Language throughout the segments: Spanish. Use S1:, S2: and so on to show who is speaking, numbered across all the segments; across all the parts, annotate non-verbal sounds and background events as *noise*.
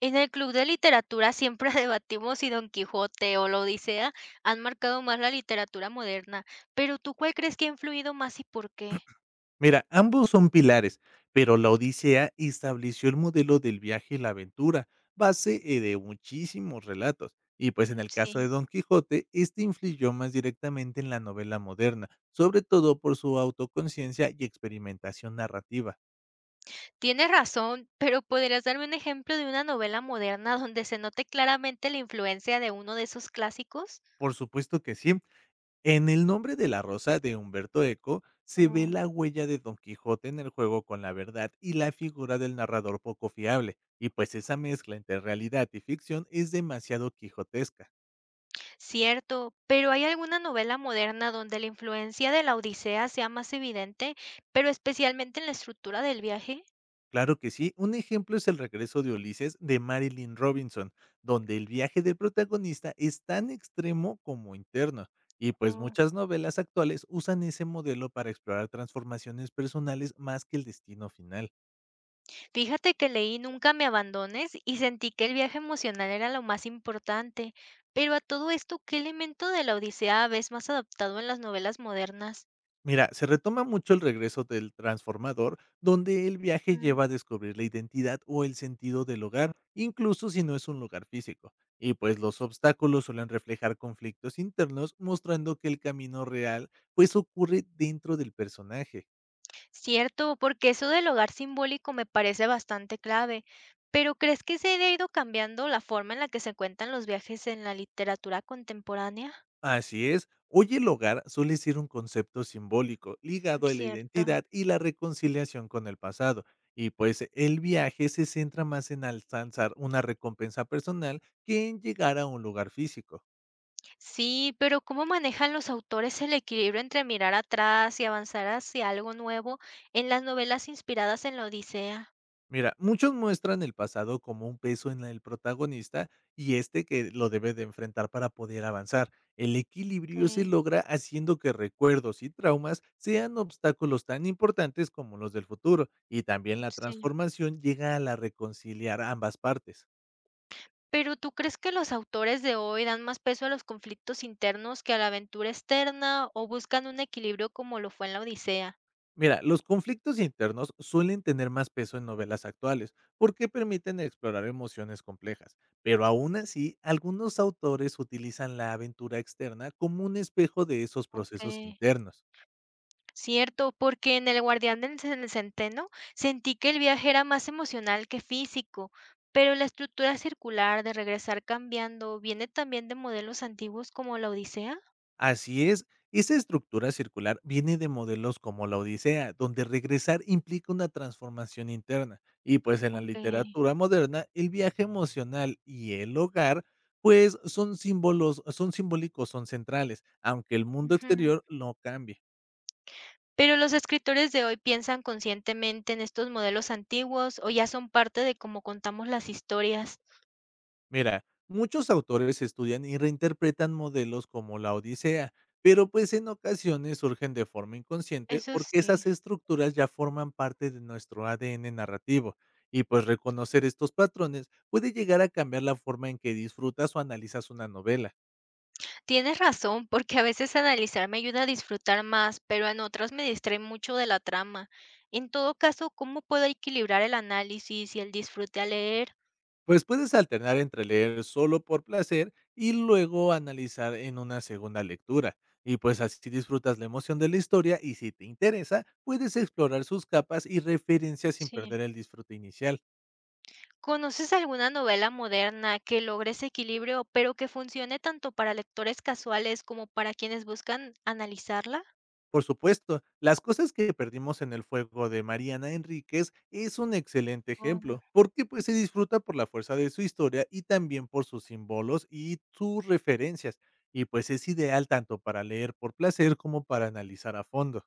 S1: En el club de literatura siempre *laughs* debatimos si Don Quijote o la Odisea han marcado más la literatura moderna, pero ¿tú cuál crees que ha influido más y por qué?
S2: Mira, ambos son pilares, pero la Odisea estableció el modelo del viaje y la aventura, base de muchísimos relatos. Y pues en el caso de
S1: Sí,
S2: Don Quijote, este influyó más directamente en la novela moderna, sobre todo por su autoconciencia y experimentación narrativa.
S1: tienes razón, pero ¿podrías darme un ejemplo de una novela moderna donde se note claramente la influencia de uno de esos clásicos?
S2: Por supuesto que sí. En El nombre de la rosa de Humberto Eco se ve
S1: Oh.
S2: la huella de Don Quijote en el juego con la verdad y la figura del narrador poco fiable, y pues esa mezcla entre realidad y ficción es demasiado quijotesca.
S1: Cierto, pero ¿hay alguna novela moderna donde la influencia de la Odisea sea más evidente, pero especialmente en la estructura del viaje?
S2: Claro que sí, un ejemplo es El regreso de Ulises de Marilyn Robinson, donde el viaje del protagonista es tan extremo como interno, y pues muchas novelas actuales usan ese modelo para explorar transformaciones personales más que el destino final.
S1: Fíjate que leí Nunca me abandones y sentí que el viaje emocional era lo más importante. Pero a todo esto, ¿qué elemento de la Odisea ves más adaptado en las novelas modernas?
S2: Mira, se retoma mucho el regreso del transformador, donde el viaje
S1: Mm.
S2: lleva a descubrir la identidad o el sentido del hogar, incluso si no es un lugar físico. Y pues los obstáculos suelen reflejar conflictos internos, mostrando que el camino real pues ocurre dentro del personaje.
S1: Cierto, porque eso del hogar simbólico me parece bastante clave. Pero ¿crees que se ha ido cambiando la forma en la que se cuentan los viajes en la literatura contemporánea?
S2: Así es. Hoy el hogar suele ser un concepto simbólico ligado a la
S1: Cierto.
S2: identidad y la reconciliación con el pasado. Y pues el viaje se centra más en alcanzar una recompensa personal que en llegar a un lugar físico.
S1: Sí, pero ¿cómo manejan los autores el equilibrio entre mirar atrás y avanzar hacia algo nuevo en las novelas inspiradas en la Odisea?
S2: Mira, muchos muestran el pasado como un peso en el protagonista y este que lo debe de enfrentar para poder avanzar. El equilibrio se
S1: Okey,
S2: logra haciendo que recuerdos y traumas sean obstáculos tan importantes como los del futuro y también la
S1: sí.
S2: transformación llega a la reconciliar a ambas partes.
S1: Pero, ¿tú crees que los autores de hoy dan más peso a los conflictos internos que a la aventura externa, o buscan un equilibrio como lo fue en la Odisea?
S2: Mira, los conflictos internos suelen tener más peso en novelas actuales porque permiten explorar emociones complejas, pero aún así, algunos autores utilizan la aventura externa como un espejo de esos procesos
S1: Okay.
S2: internos.
S1: Cierto, porque en El guardián del centeno sentí que el viaje era más emocional que físico, pero la estructura circular de regresar cambiando, ¿viene también de modelos antiguos como la Odisea?
S2: Así es, esa estructura circular viene de modelos como la Odisea, donde regresar implica una transformación interna. Y pues en la
S1: Okey.
S2: literatura moderna, el viaje emocional y el hogar, pues son símbolos, son simbólicos, son centrales, aunque el mundo exterior no cambie.
S1: Pero los escritores de hoy piensan conscientemente en estos modelos antiguos o ya son parte de cómo contamos las historias.
S2: Mira, muchos autores estudian y reinterpretan modelos como la Odisea, pero pues en ocasiones surgen de forma inconsciente
S1: Eso
S2: porque
S1: sí.
S2: esas estructuras ya forman parte de nuestro ADN narrativo. Y pues reconocer estos patrones puede llegar a cambiar la forma en que disfrutas o analizas una novela.
S1: Tienes razón, porque a veces analizar me ayuda a disfrutar más, pero en otras me distrae mucho de la trama. En todo caso, ¿cómo puedo equilibrar el análisis y el disfrute al leer?
S2: Pues puedes alternar entre leer solo por placer y luego analizar en una segunda lectura. Y pues así disfrutas la emoción de la historia y si te interesa, puedes explorar sus capas y referencias sin
S1: Sí.
S2: perder el disfrute inicial.
S1: ¿Conoces alguna novela moderna que logre ese equilibrio, pero que funcione tanto para lectores casuales como para quienes buscan analizarla?
S2: Por supuesto, Las cosas que perdimos en el fuego de Mariana Enríquez es un excelente ejemplo, porque pues se disfruta por la fuerza de su historia y también por sus símbolos y sus referencias. Y pues es ideal tanto para leer por placer como para analizar a fondo.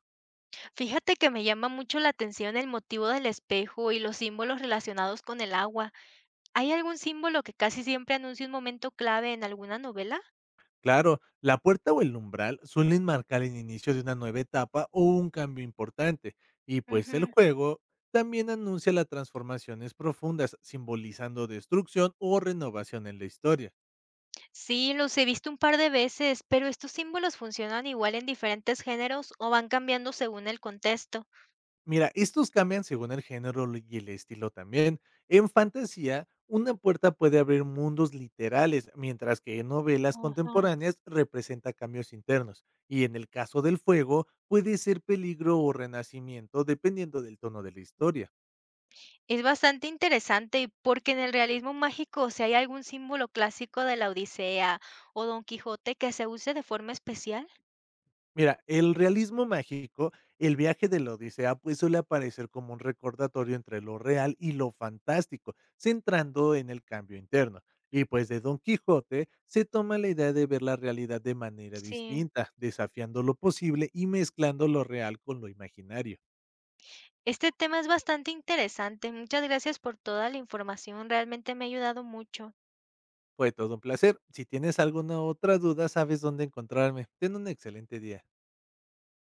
S1: Fíjate que me llama mucho la atención el motivo del espejo y los símbolos relacionados con el agua. ¿Hay algún símbolo que casi siempre anuncie un momento clave en alguna novela?
S2: Claro, la puerta o el umbral suelen marcar el inicio de una nueva etapa o un cambio importante, y pues el
S1: Ujú.
S2: juego también anuncia las transformaciones profundas, simbolizando destrucción o renovación en la historia.
S1: Sí, los he visto un par de veces, pero estos símbolos funcionan igual en diferentes géneros o van cambiando según el contexto.
S2: Mira, estos cambian según el género y el estilo también. En fantasía, una puerta puede abrir mundos literales, mientras que en novelas
S1: Ujú.
S2: contemporáneas representa cambios internos, y en el caso del fuego puede ser peligro o renacimiento dependiendo del tono de la historia.
S1: Es bastante interesante porque en el realismo mágico, si hay algún símbolo clásico de la Odisea o Don Quijote que se use de forma especial.
S2: Mira, el realismo mágico, el viaje de la Odisea, pues suele aparecer como un recordatorio entre lo real y lo fantástico, centrando en el cambio interno. Y pues de Don Quijote se toma la idea de ver la realidad de manera
S1: Sí.
S2: distinta, desafiando lo posible y mezclando lo real con lo imaginario.
S1: Este tema es bastante interesante. Muchas gracias por toda la información. Realmente me ha ayudado mucho.
S2: Fue todo un placer. Si tienes alguna otra duda, sabes dónde encontrarme. Ten un excelente día.